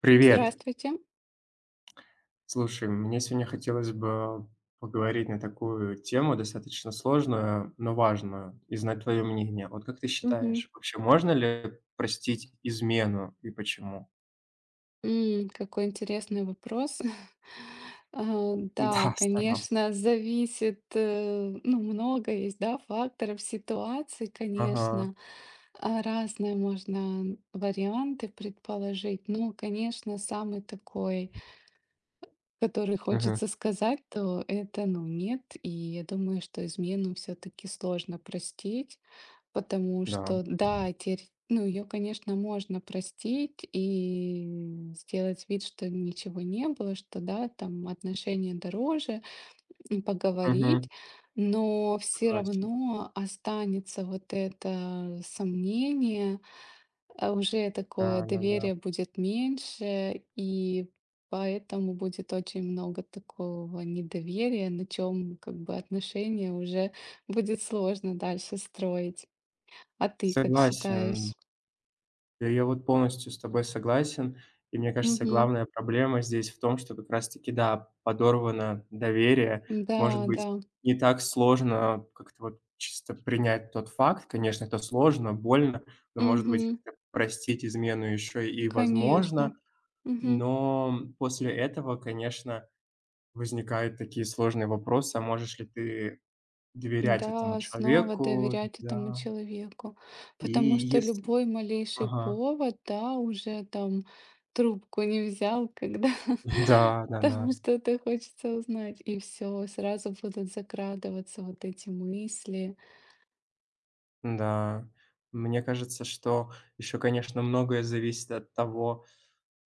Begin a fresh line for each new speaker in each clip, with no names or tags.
Привет.
Здравствуйте.
Слушай, мне сегодня хотелось бы поговорить на такую тему, достаточно сложную, но важную, и знать твое мнение. Вот как ты
Мгм.
считаешь, вообще можно ли простить измену и почему?
Какой интересный вопрос. А, да,
Да, старался.
конечно, зависит, ну, много есть, да, факторов, ситуаций,
Ага.
конечно. А, разные можно варианты предположить. Ну, конечно, самый такой, который
Мгм.
хочется сказать, то это, ну, нет. И я думаю, что измену все-таки сложно простить. Потому
Да.
что, да, теперь, ну, ее, конечно, можно простить и сделать вид, что ничего не было, что, да, там отношения дороже, поговорить,
Мгм.
но все
Согласен.
равно останется вот это сомнение, а уже такое
Да-да-да.
доверие будет меньше, и поэтому будет очень много такого недоверия, на чем как бы отношения уже будет сложно дальше строить. А ты как
Согласен.
считаешь?
Да, я вот полностью с тобой согласен. И мне кажется,
Мгм.
главная проблема здесь в том, что как раз-таки, да, подорвано доверие.
Да,
Может
да.
быть, не так сложно как-то вот чисто принять тот факт. Конечно, это сложно, больно, но, может быть,
Мгм.
как-то простить измену еще и
Конечно.
возможно.
Мгм.
Но после этого, конечно, возникают такие сложные вопросы: а можешь ли ты доверять этому
Да, снова
человеку?
доверять этому
Да.
человеку.
И
Потому что
если
любой малейший
Ага.
повод, да, уже там трубку не взял, когда
Да, да-да.
там что-то хочется узнать. И все сразу будут закрадываться вот эти мысли.
Да, мне кажется, что еще, конечно, многое зависит от того,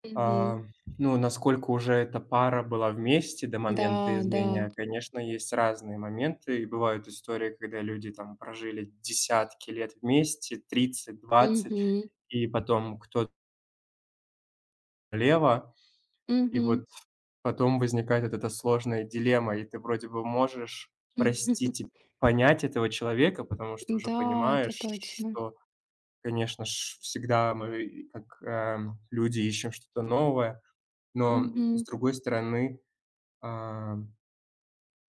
Мгм.
а, ну, насколько уже эта пара была вместе до
Да,
момента
да.
измены. А, конечно, есть разные моменты, и бывают истории, когда люди там прожили десятки лет вместе, 30, 20,
Мгм.
и потом кто-то лево, и
Мгм.
вот потом возникает вот эта сложная дилемма, и ты вроде бы можешь простить и понять этого человека, потому что уже
Да, это
понимаешь,
точно.
что Конечно ж, всегда мы люди ищем что-то новое, но с
Мгм.
другой стороны, а,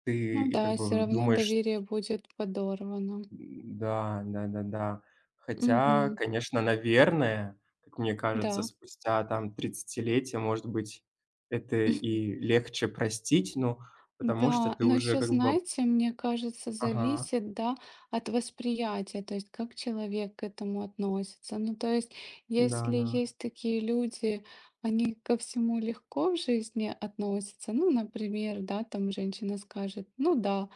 ты
Ну
и как
да, все
бы
равно
думаешь
доверие будет подорвано.
да, да-да-да. Хотя,
Мгм.
конечно, наверное, как мне кажется,
Да.
спустя там тридцатилетие, может быть, это и легче простить, ну, потому что
Да,
ты
но
уже
еще,
как бы
знаете, мне кажется,
ага,
зависит, да, от восприятия, то есть как человек к этому относится. Ну, то есть, если
да-да.
есть такие люди, они ко всему легко в жизни относятся. Ну, например, да, там женщина скажет: "Ну да,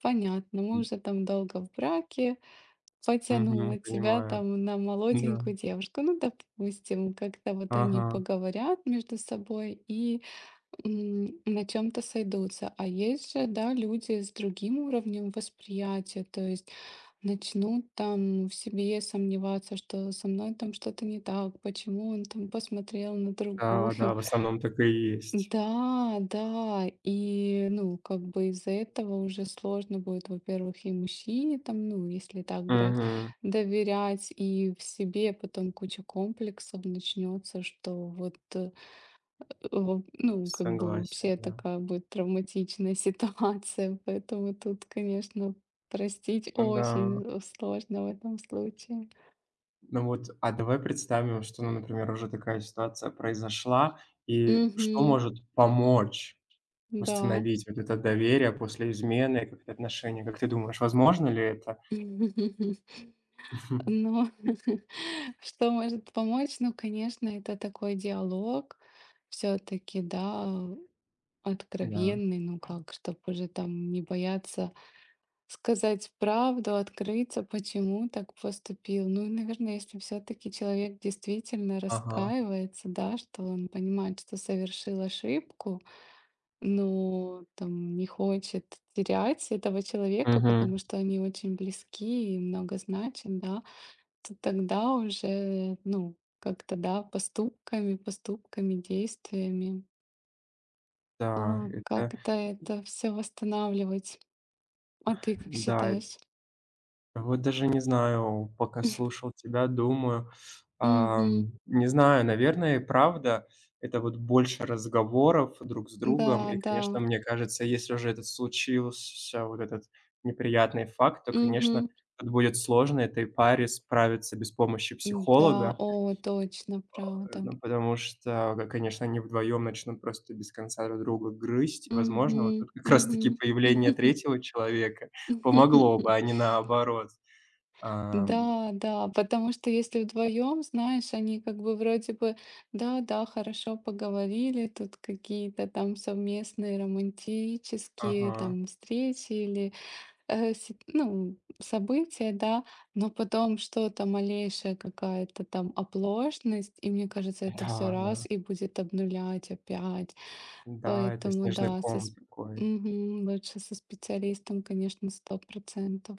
понятно, мы
М,
уже там долго в браке,
мгм,
потянуло тебя
понимаю.
там на
Да.
молоденькую девушку. Ну, допустим, как-то вот они
Ага.
поговорят между собой и на чем-то сойдутся. А есть же, да, люди с другим уровнем восприятия, то есть начнут там в себе сомневаться, что со мной там что-то не так, почему он там посмотрел на другую.
Да, да, в основном так и есть.
Да, да, и, ну, как бы из-за этого уже сложно будет, во-первых, и мужчине там, ну, если так брать,
Мгм.
доверять, и в себе потом куча комплексов начнется, что вот, ну, как бы
Согласен,
вообще
да.
такая будет травматичная ситуация, поэтому тут, конечно, простить
Да.
очень сложно в этом случае.
Ну вот, а давай представим, что, ну, например, уже такая ситуация произошла, и что
Угу,
может помочь
да.
восстановить вот это доверие после измены, как-то отношения? Как ты думаешь, возможно ли это?
Но что может помочь? Ну, конечно, это такой диалог все-таки, да,
Да.
откровенный, ну как, чтобы уже там не бояться сказать правду, открыться, почему так поступил. Ну, и, наверное, если все-таки человек действительно
Ага.
раскаивается, да, что он понимает, что совершил ошибку, но там не хочет терять этого человека,
Мгм.
потому что они очень близки и много значим, да, то тогда уже, ну, как-то, да, поступками, поступками, действиями,
Да, это
как-то это все восстанавливать. А ты как
да, э
считаешь?
Вот даже не знаю, пока слушал тебя, думаю,
Угу,
не знаю, наверное, правда, это вот больше разговоров друг с
да,
другом. И,
да.
конечно, мне кажется, если уже этот случился, вот этот неприятный факт, то, конечно,
Угу,
тут будет сложно этой паре справиться без помощи
да,
психолога.
о, точно, правда.
Ну, потому что, г конечно, они вдвоем начнут просто без конца друг друга грызть. И,
Угу,
возможно, вот тут как раз таки
угу.
появление третьего человека помогло бы, а не наоборот. Ам.
Да, да, потому что если вдвоем, знаешь, они как бы вроде бы, да, да, хорошо поговорили, тут какие-то там совместные романтические
Ага.
там встречи или ну, события, да, но потом что-то малейшая какая-то там оплошность, и мне кажется, это
Да,
все раз
да.
и будет обнулять опять.
Да, это
Поэтому
снежный
да,
ком такой.
Мгм. Лучше со специалистом, конечно, сто процентов.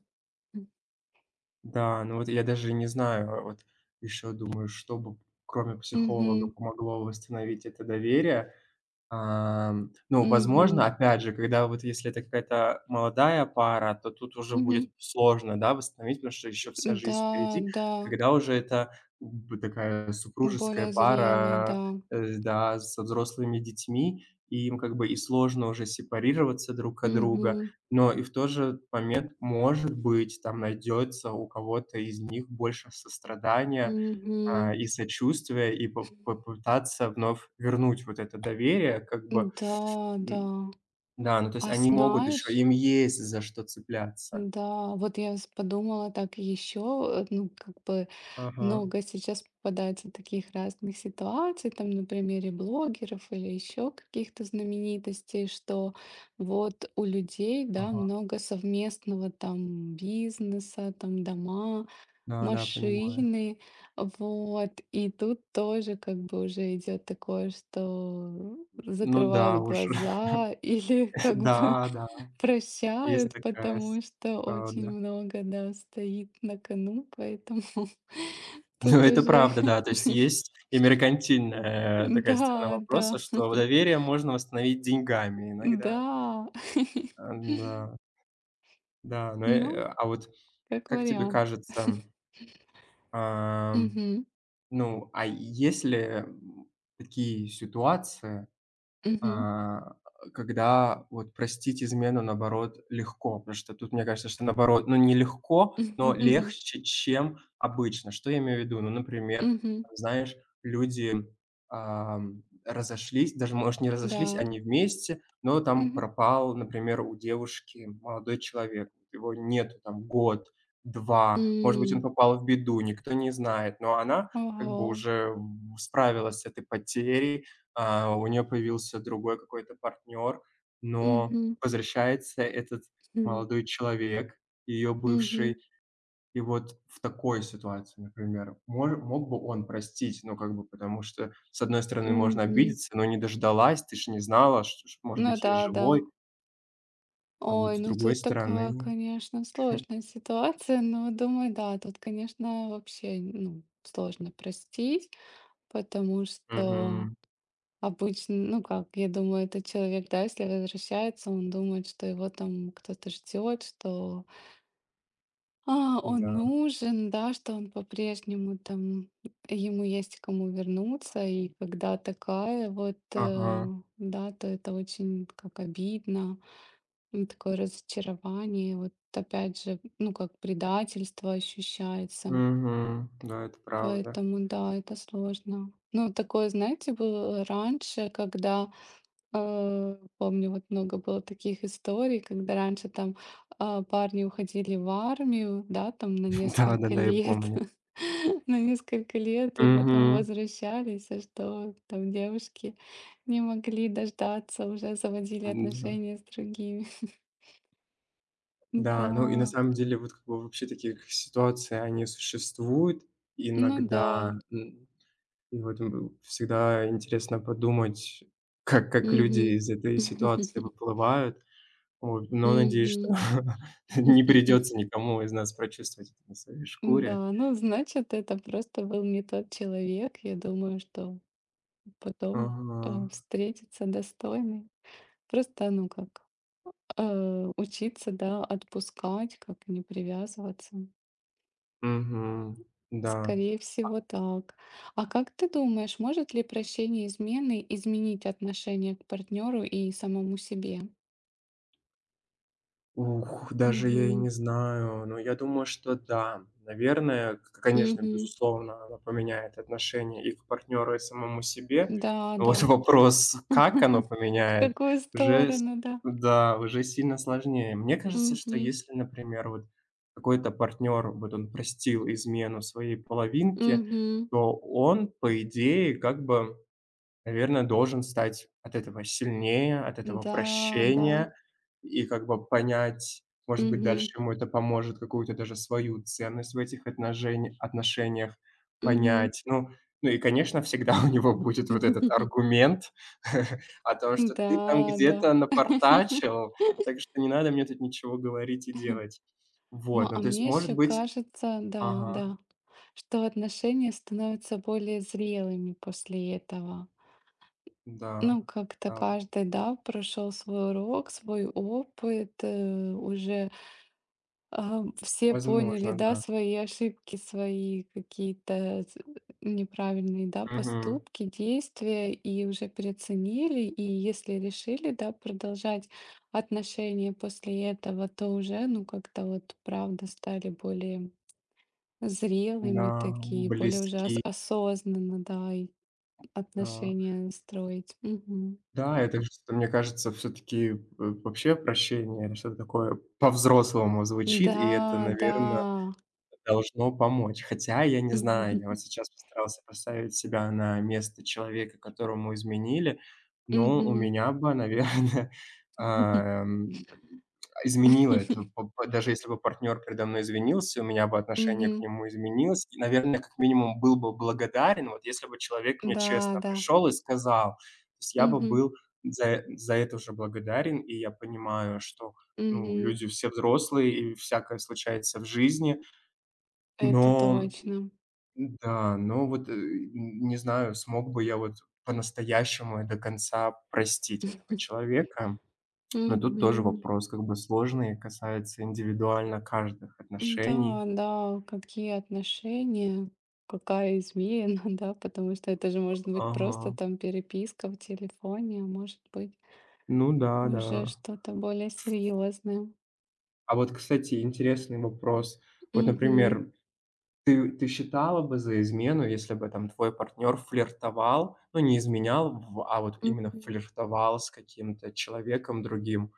Да, ну вот я даже не знаю, а вот еще думаю, что бы, кроме психолога,
Мгм.
помогло восстановить это доверие. Ну, возможно,
Мгм.
опять же, когда вот если это какая-то молодая пара, то тут уже будет
Мгм.
сложно, да, восстановить, потому что еще вся жизнь
Да,
впереди.
да,
Когда уже это б такая супружеская
более зрелая,
пара,
да.
да, со взрослыми детьми, и им как бы и сложно уже сепарироваться друг от друга,
Мгм.
но и в тот же момент, может быть, там найдется у кого-то из них больше сострадания
Мгм.
и сочувствие, и по попытаться вновь вернуть вот это доверие, как бы,
Да, да.
м. Да, ну, то есть
А
они могут еще,
знаешь,
им есть за что цепляться.
да, вот я подумала так еще, ну, как бы
Ага,
много сейчас попадается таких разных ситуаций, там, на примере блогеров или еще каких-то знаменитостей, что вот у людей, да,
ага.
много совместного там бизнеса, там дома,
Да-да, понимаю.
машины, вот. И тут тоже как бы уже идет такое, что
Ну да,
закрывают
уже.
глаза или как бы
Да-да, есть
прощают,
такая с
потому что очень
правда.
много, да, стоит на кону, поэтому
Ну,
тут
это
уже,
правда, да. То есть есть и меркантильная такая сторона
да, да,
вопроса, что доверие можно восстановить деньгами иногда.
да.
Э, да, да, но, э,
Ну,
а вот
как
как тебе
вариант.
кажется, ам
Мгм.
ну, а если такие ситуации,
Мгм.
а, когда вот простить измену, наоборот, легко. Потому что тут мне кажется, что наоборот, ну, не легко, но
Мгм.
легче, чем обычно. Что я имею в виду? Ну, например, знаешь, люди, разошлись, даже, может, не разошлись,
Да.
они вместе, но там
Мгм.
пропал, например, у девушки молодой человек. Вот его нету там год, два, может быть, он
М.
попал в беду, никто не знает, но она как бы
Ого.
уже в справилась с этой потерей, у нее появился другой какой-то партнер, но
Мгм,
возвращается этот
хм,
молодой человек, ее
мгм,
бывший. И вот в такой ситуации, например, мож мог бы он простить? Ну, как бы, потому что, с одной стороны, можно
мгм.
обидеться: но не дождалась, ты ж не знала, что ш может
Ну
быть, я
да, да.
живой". А
Ой,
вот с
ну
другой
тут такая,
стороны
конечно, сложная ситуация, но думаю, да, тут, конечно, вообще, ну, сложно простить, потому что
Мгм.
обычно, ну как, я думаю, этот человек, да, если возвращается, он думает, что его там кто-то ждет, что он
Да.
нужен, да, что он по-прежнему там, ему есть к кому вернуться, и когда такая вот,
Ага.
да, то это очень как обидно, ну, такое разочарование, вот опять же, ну, как предательство ощущается.
Мгм. Да, это правда.
Поэтому, да, это сложно. Ну, такое, знаете, было раньше, когда помню, вот много было таких историй, когда раньше там парни уходили в армию, да, там на несколько
Да-да-да, я
лет,
помню.
на несколько лет, и потом
Мгм.
возвращались, а что там девушки не могли дождаться, уже заводили отношения с другими. Да,
Да, ну и на самом деле вот как бы вообще таких ситуаций, они существуют
ну да.
иногда. И вот, всегда интересно подумать, как люди
Мгм.
из этой ситуации выплывают. Вот, но надеюсь, что
Мгм.
не придется никому из нас прочувствовать это на своей шкуре.
Да, ну значит, это просто был не тот человек. Я думаю, что потом,
Ага.
встретиться достойный. Просто, ну, как, учиться, да, отпускать, как не привязываться.
Мгм. Да.
Скорее всего, так. А как ты думаешь, может ли прощение измены изменить отношение к партнеру и самому себе?
Ух, даже я и
Мгм.
не знаю, но я думаю, что да. Наверное, к конечно,
Мгм.
безусловно, оно поменяет отношение и к партнеру, и самому себе.
Да,
Но вот
да.
вопрос, как оно
В
поменяет,
какую
уже с
сторону, да.
да, уже сильно сложнее. Мне кажется, что
Мгм.
если, например, вот какой-то партнер, вот он простил измену своей половинке,
Мгм.
то он, по идее, как бы наверное, должен стать от этого сильнее, от этого
Да, да.
прощения и как бы понять, может быть, дальше
Мгм.
ему это поможет какую-то даже свою ценность в этих отножень отношениях
Мгм.
понять. Ну ну и, конечно, всегда у него будет вот этот аргумент о том, что ты там
Да, да.
где-то напортачил, так что не надо мне тут ничего говорить и делать.
Ну,
Вот,
а
ну то есть,
мне
может
еще
быть
кажется, да,
Ага,
да, что отношения становятся более зрелыми после этого.
да,
Ну, как-то
да,
каждый, да, прошел свой урок, свой опыт, уже все поняли,
возможно,
да,
да.
свои ошибки, свои какие-то неправильные, да,
Мгм.
поступки, действия и уже переоценили. И если решили, да, продолжать отношения после этого, то уже, ну, как-то вот, правда, стали более зрелыми
Да,
такие, более уже
близки.
осознанно, да, и
Да.
отношения строить. Мгм.
Да, это что-то, мне кажется, все таки вообще прощение — это что-то такое по-взрослому звучит,
Да,
и это,
да.
наверное, должно помочь. Хотя, я не знаю, я вот сейчас постарался поставить себя на место человека, которому изменили, но у
Мгм.
меня бы, наверное, ам, изменило это. П п Даже если бы партнер передо мной извинился, у меня бы отношение к
Мгм.
нему изменилось. И, наверное, как минимум был бы благодарен, вот если бы человек мне
Да,
честно
да.
пришел и сказал. То есть я бы
Мгм,
был за это уже благодарен, и я понимаю, что, ну,
мгм.
люди все взрослые и всякое случается в жизни.
Это
Но,
точно.
н Не знаю, смог бы я вот по-настоящему и до конца простить этого человека. Но тут тоже
Мгм.
вопрос как бы сложный, касается индивидуально каждых отношений.
Да, да, какие отношения, какая измена, да, потому что это же может быть
Ага.
просто там переписка в телефоне, а может быть
Ну да, да.
уже что-то более серьезное.
А вот, кстати, интересный вопрос. Вот,
Мгм,
например, ты считала бы за измену, если бы там твой партнер флиртовал, ну, не изменял, в а вот именно
мгм,
флиртовал с каким-то человеком другим?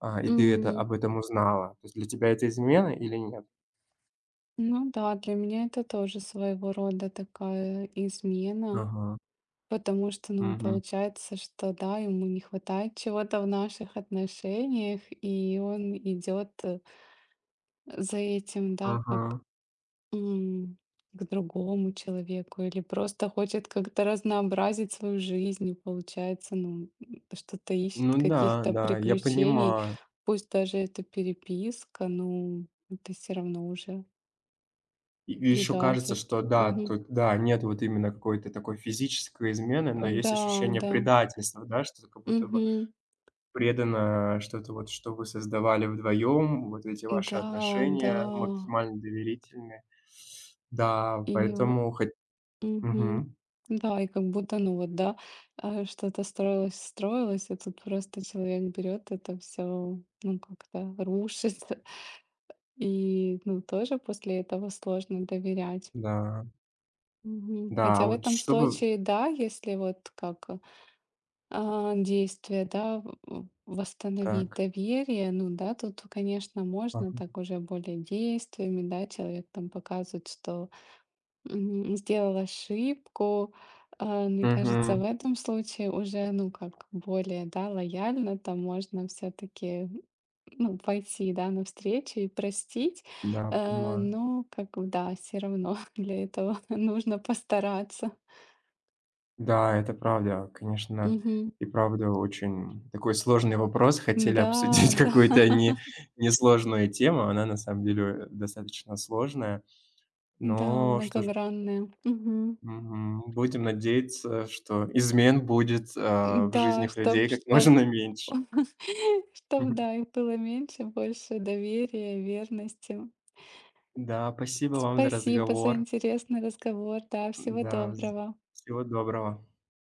И ты это
м.
об этом узнала. То есть для тебя это измена или нет?
Ну да, для меня это тоже своего рода такая измена.
Ага.
Потому что, ну,
Мгм.
получается, что да, ему не хватает чего-то в наших отношениях, и он идет за этим, да, как
Ага.
м, к другому человеку, или просто хочет как-то разнообразить свою жизнь, и получается, ну, что-то ищет
Ну да,
каких-то
да, я
приключений,
понимаю.
пусть даже это переписка, ну, это все равно уже
И еще кажется,
предательство.
что да,
Мгм.
тут, да, нет вот именно какой-то такой физической измены, но
Да,
есть ощущение
да.
предательства, да, что как будто бы
Мгм.
предано что-то вот, что вы создавали вдвоем, вот эти ваши
Да, да.
отношения максимально доверительные. Да,
И
поэтому хоть
Мгм.
Мгм.
Да, и как будто, ну вот, да, что-то строилось, строилось, и тут просто человек берет это все, ну, как-то рушит. И, ну, тоже после этого сложно доверять.
Да,
Мгм.
да,
Хотя в
вот
этом
чтобы
случае, да, если вот как действие, да, восстановить
Так.
доверие, ну, да, тут, конечно, можно
Ага.
так уже более действиями, да, человек там показывает, что Мгм. сделал ошибку. Мне кажется, в
Мгм.
этом случае уже, ну, как более, да, лояльно, там можно все-таки, ну, пойти, да, навстречу и простить.
Да, понимаю.
Но, как бы, да, все равно для этого нужно постараться.
Да, это правда, конечно,
Мгм.
и правда очень такой сложный вопрос. Хотели
Да,
обсудить
да,
какую-то не несложную тему, она на самом деле, достаточно сложная.
да,
Но что ж,
многогранная. Мгм.
мгм, будем надеяться, что измен будет, в
Да,
жизнях людей как можно меньше.
чтоб, да, их было меньше, больше доверия, верности.
Да, спасибо вам за
Спасибо за
разговор.
интересный разговор. Да, всего
Да, вз
доброго.
всего доброго.